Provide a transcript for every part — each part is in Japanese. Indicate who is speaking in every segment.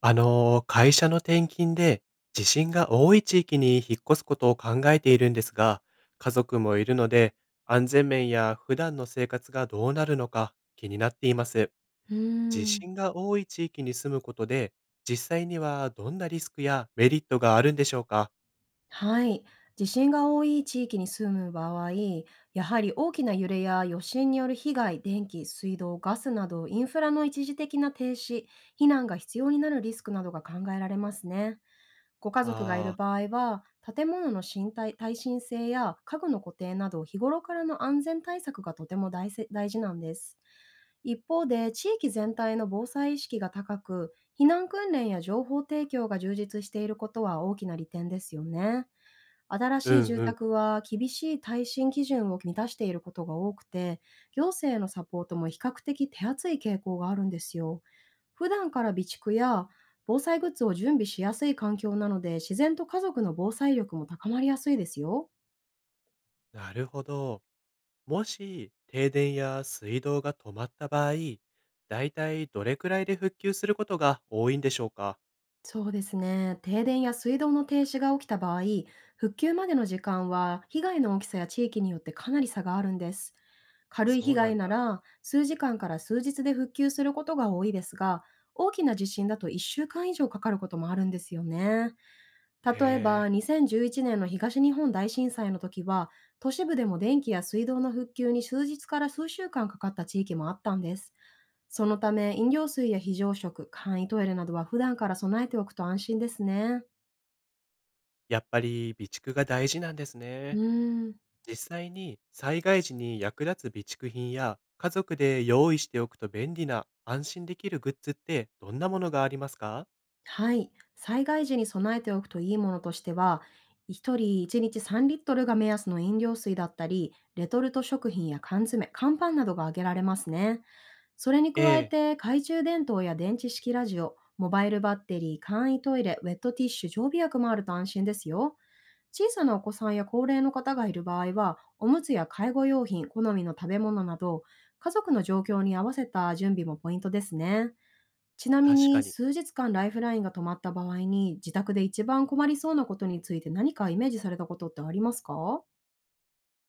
Speaker 1: 会社の転勤で地震が多い地域に引っ越すことを考えているんですが、家族もいるので、安全面や普段の生活がどうなるのか気になっています。
Speaker 2: う
Speaker 1: 地
Speaker 2: ーん。
Speaker 1: 震が多い地域に住むことで、実際にはどんなリスクやメリットがあるんでしょうか？
Speaker 2: はい。地震が多い地域に住む場合、やはり大きな揺れや余震による被害、電気、水道、ガスなどインフラの一時的な停止、避難が必要になるリスクなどが考えられますね。ご家族がい
Speaker 1: あ
Speaker 2: る
Speaker 1: あー、
Speaker 2: 場合は、建物の身体耐震性や家具の固定など日頃からの安全対策がとても大事なんです。一方で、地域全体の防災意識が高く、避難訓練や情報提供が充実していることは大きな利点ですよね。新
Speaker 1: う
Speaker 2: しい
Speaker 1: ん
Speaker 2: 住
Speaker 1: うん。
Speaker 2: 宅は厳しい耐震基準を満たしていることが多くて、行政のサポートも比較的手厚い傾向があるんですよ。普段から備蓄や防災グッズを準備しやすい環境なので、自然と家族の防災力も高まりやすいですよ。
Speaker 1: なるほど。もし停電や水道が止まった場合、だいたいどれくらいで復旧することが多いんでしょうか？
Speaker 2: そうですね。停電や水道の停止が起きた場合、復旧までの時間は被害の大きさや地域によってかなり差があるんです。軽い被
Speaker 1: そうな
Speaker 2: 害
Speaker 1: ん
Speaker 2: な
Speaker 1: だ。
Speaker 2: ら数時間から数日で復旧することが多いですが、大きな地震だと1週間以上かかることもあるんですよね。
Speaker 1: へ
Speaker 2: 例えば
Speaker 1: え。
Speaker 2: 2011年の東日本大震災の時は、都市部でも電気や水道の復旧に数日から数週間かかった地域もあったんです。そのため、飲料水や非常食、簡易トイレなどは普段から備えておくと安心ですね。
Speaker 1: やっぱり備蓄が大事なんです
Speaker 2: う
Speaker 1: ね。
Speaker 2: ーん、
Speaker 1: 実際に災害時に役立つ備蓄品や家族で用意しておくと便利な安心できるグッズってどんなものがありますか？
Speaker 2: はい。災害時に備えておくといいものとしては、1人1日3リットルが目安の飲料水だったり、レトルト食品や缶詰、乾パンなどが挙げられますね。それに
Speaker 1: え
Speaker 2: 加え
Speaker 1: え、
Speaker 2: て、懐中電灯や電池式ラジオ、モバイルバッテリー、簡易トイレ、ウェットティッシュ、常備薬もあると安心ですよ。小さなお子さんや高齢の方がいる場合は、おむつや介護用品、好みの食べ物など、家族の状況に合わせた準備もポイントですね。ちなみ
Speaker 1: 確
Speaker 2: に、
Speaker 1: かに。
Speaker 2: 数日間ライフラインが止まった場合に、自宅で一番困りそうなことについて何かイメージされたことってありますか？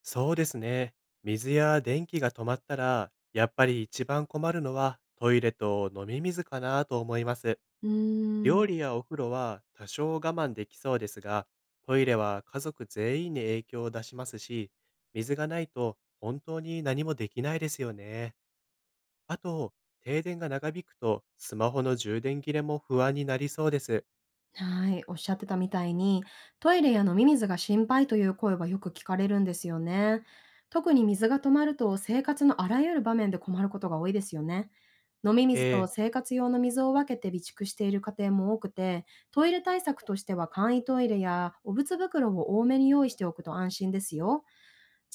Speaker 1: そうですね。水や電気が止まったら、やっぱり一番困るのはトイレと飲み水かなと思います。
Speaker 2: うーん。
Speaker 1: 料理やお風呂は多少我慢できそうですが、トイレは家族全員に影響を出しますし、水がないと本当に何もできないですよね。あと、停電が長引くとスマホの充電切れも不安になりそうです。
Speaker 2: はい、おっしゃってたみたいに、トイレや飲み水が心配という声はよく聞かれるんですよね。特に水が止まると、生活のあらゆる場面で困ることが多いですよね。飲み水と
Speaker 1: えー、
Speaker 2: 生活用の水を分けて備蓄している家庭も多くて、トイレ対策としては簡易トイレやお物袋を多めに用意しておくと安心ですよ。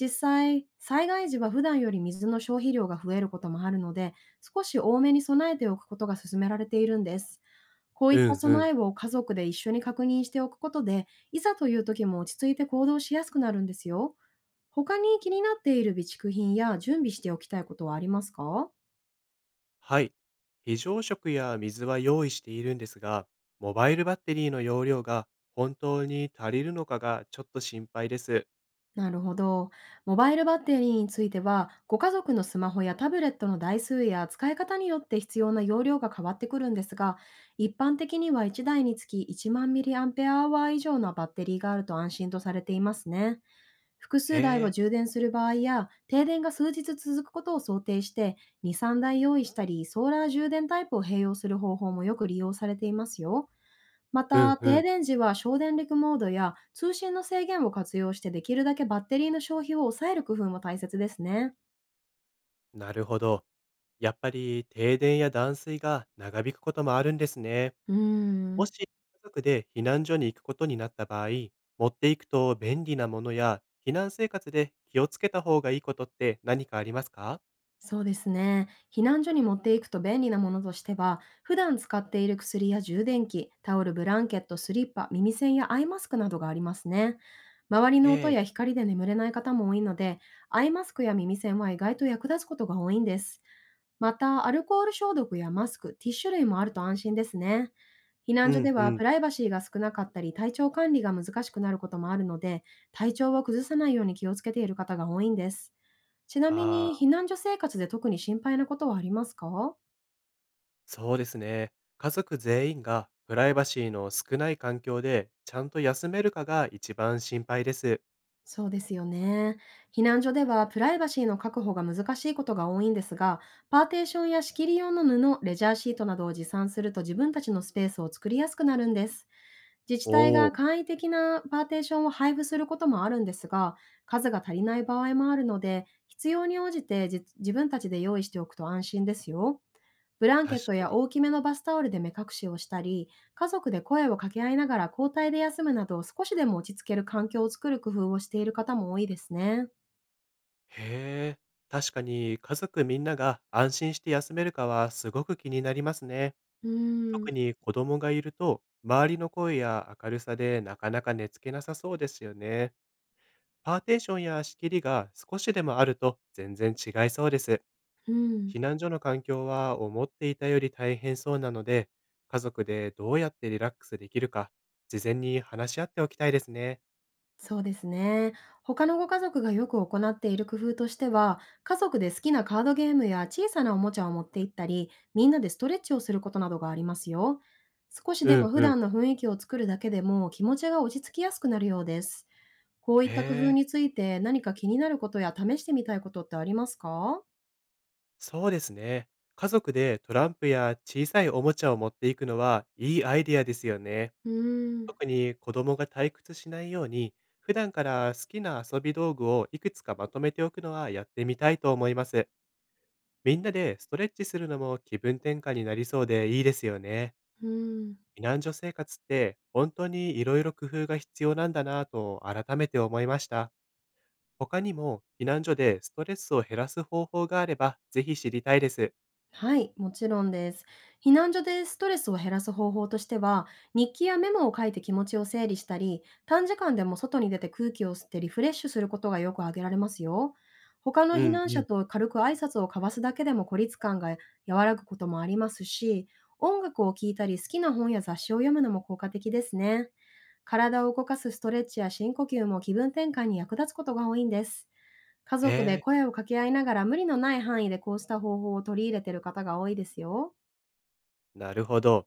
Speaker 2: 実際、災害時は普段より水の消費量が増えることもあるので、少し多めに備えておくことが勧められているんです。こうい
Speaker 1: う
Speaker 2: った
Speaker 1: んう
Speaker 2: 備
Speaker 1: ん、
Speaker 2: えを家族で一緒に確認しておくことで、いざという時も落ち着いて行動しやすくなるんですよ。他に気になっている備蓄品や準備しておきたいことはありますか？
Speaker 1: はい。非常食や水は用意しているんですが、モバイルバッテリーの容量が本当に足りるのかがちょっと心配です。
Speaker 2: なるほど。モバイルバッテリーについては、ご家族のスマホやタブレットの台数や使い方によって必要な容量が変わってくるんですが、一般的には1台につき1万 mAh 以上のバッテリーがあると安心とされていますね。複
Speaker 1: へ
Speaker 2: 数台を
Speaker 1: え、
Speaker 2: 充電する場合や、停電が数日続くことを想定して、2、3台用意したり、ソーラー充電タイプを併用する方法もよく利用されていますよ。ま
Speaker 1: う
Speaker 2: た、
Speaker 1: んう
Speaker 2: 停
Speaker 1: ん、
Speaker 2: 電時は省電力モードや通信の制限を活用して、できるだけバッテリーの消費を抑える工夫も大切ですね。
Speaker 1: なるほど。やっぱり停電や断水が長引くこともあるんですね。
Speaker 2: うー
Speaker 1: もし
Speaker 2: ん。
Speaker 1: 家族で避難所に行くことになった場合、持っていくと便利なものや避難生活で気をつけた方がいいことって何かありますか？
Speaker 2: そうですね。避難所に持っていくと便利なものとしては、普段使っている薬や充電器、タオル、ブランケット、スリッパ、耳栓やアイマスクなどがありますね。周りの
Speaker 1: え
Speaker 2: 音
Speaker 1: え、
Speaker 2: や光で眠れない方も多いので、アイマスクや耳栓は意外と役立つことが多いんです。また、アルコール消毒やマスク、ティッシュ類もあると安心ですね。避
Speaker 1: う
Speaker 2: 難所で
Speaker 1: んう
Speaker 2: は
Speaker 1: ん。
Speaker 2: プライバシーが少なかったり、体調管理が難しくなることもあるので、体調を崩さないように気をつけている方が多いんです。ちなみ
Speaker 1: あ
Speaker 2: に、
Speaker 1: あ、
Speaker 2: 避難所生活で特に心配なことはありますか？
Speaker 1: そうですね。家族全員がプライバシーの少ない環境でちゃんと休めるかが一番心配です。
Speaker 2: そうですよね。避難所ではプライバシーの確保が難しいことが多いんですが、パーテーションや仕切り用の布、レジャーシートなどを持参すると、自分たちのスペースを作りやすくなるんです。自治体
Speaker 1: お
Speaker 2: が
Speaker 1: お、
Speaker 2: 簡易的なパーテーションを配布することもあるんですが、数が足りない場合もあるので、必要に応じて自分たちで用意しておくと安心ですよ。ブランケ
Speaker 1: 確
Speaker 2: ット
Speaker 1: か
Speaker 2: や
Speaker 1: に。
Speaker 2: 大きめのバスタオルで目隠しをしたり、家族で声を掛け合いながら交代で休むなど、少しでも落ち着ける環境を作る工夫をしている方も多いですね。
Speaker 1: へえ、確かに家族みんなが安心して休めるかはすごく気になりますね。
Speaker 2: うー
Speaker 1: 特
Speaker 2: ん、
Speaker 1: に子供がいると、周りの声や明るさでなかなか寝つけなさそうですよね。パーテーションや仕切りが少しでもあると全然違いそうです。
Speaker 2: うん。
Speaker 1: 避難所の環境は思っていたより大変そうなので、家族でどうやってリラックスできるか、事前に話し合っておきたいですね。
Speaker 2: そうですね。他のご家族がよく行っている工夫としては、家族で好きなカードゲームや小さなおもちゃを持って行ったり、みんなでストレッチをすることなどがありますよ。少し
Speaker 1: う
Speaker 2: でも
Speaker 1: ん
Speaker 2: 普
Speaker 1: うん。
Speaker 2: 段の雰囲気を作るだけでも、気持ちが落ち着きやすくなるようです。こうい
Speaker 1: へ
Speaker 2: った工夫
Speaker 1: え、
Speaker 2: について、何か気になることや試してみたいことってありますか？
Speaker 1: そうですね。家族でトランプや小さいおもちゃを持っていくのはいいアイディアですよね。
Speaker 2: うーん、
Speaker 1: 特に子供が退屈しないように、普段から好きな遊び道具をいくつかまとめておくのはやってみたいと思います。みんなでストレッチするのも気分転換になりそうでいいですよね。
Speaker 2: うん。
Speaker 1: 避難所生活って本当にいろいろ工夫が必要なんだなぁと改めて思いました。他にも避難所でストレスを減らす方法があればぜひ知りたいです。
Speaker 2: はい、もちろんです。避難所でストレスを減らす方法としては、日記やメモを書いて気持ちを整理したり、短時間でも外に出て空気を吸ってリフレッシュすることがよく挙げられますよ。他の
Speaker 1: う
Speaker 2: 避
Speaker 1: ん
Speaker 2: 難
Speaker 1: う
Speaker 2: 者
Speaker 1: ん。
Speaker 2: と軽く挨拶を交わすだけでも孤立感が和らぐこともありますし、音楽を聴いたり好きな本や雑誌を読むのも効果的ですね。体を動かすストレッチや深呼吸も気分転換に役立つことが多いんです。家
Speaker 1: へ
Speaker 2: 族で
Speaker 1: え、
Speaker 2: 声を掛け合いながら、無理のない範囲でこうした方法を取り入れている方が多いですよ。
Speaker 1: なるほど。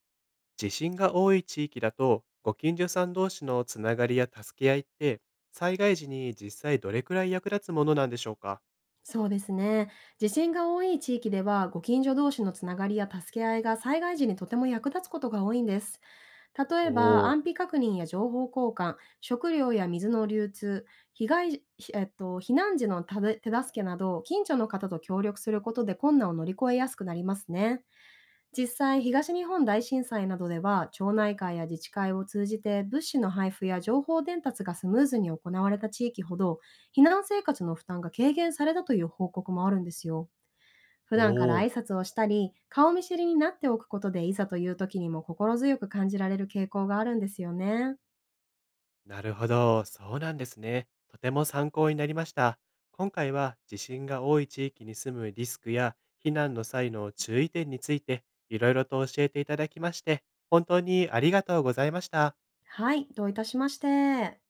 Speaker 1: 地震が多い地域だと、ご近所さん同士のつながりや助け合いって、災害時に実際どれくらい役立つものなんでしょうか？
Speaker 2: そうですね。地震が多い地域では、ご近所同士のつながりや助け合いが災害時にとても役立つことが多いんです。例えば、
Speaker 1: おー、
Speaker 2: 安否確認や情報交換、食料や水の流通、被害、避難時の手助けなど、近所の方と協力することで困難を乗り越えやすくなりますね。実際、東日本大震災などでは、町内会や自治会を通じて物資の配布や情報伝達がスムーズに行われた地域ほど、避難生活の負担が軽減されたという報告もあるんですよ。普段から
Speaker 1: おー、
Speaker 2: 挨拶をしたり、顔見知りになっておくことで、いざという時にも心強く感じられる傾向があるんですよね。
Speaker 1: なるほど、そうなんですね。とても参考になりました。今回は地震が多い地域に住むリスクや避難の際の注意点について、いろいろと教えていただきまして、本当にありがとうございました。
Speaker 2: はい、どういたしまして。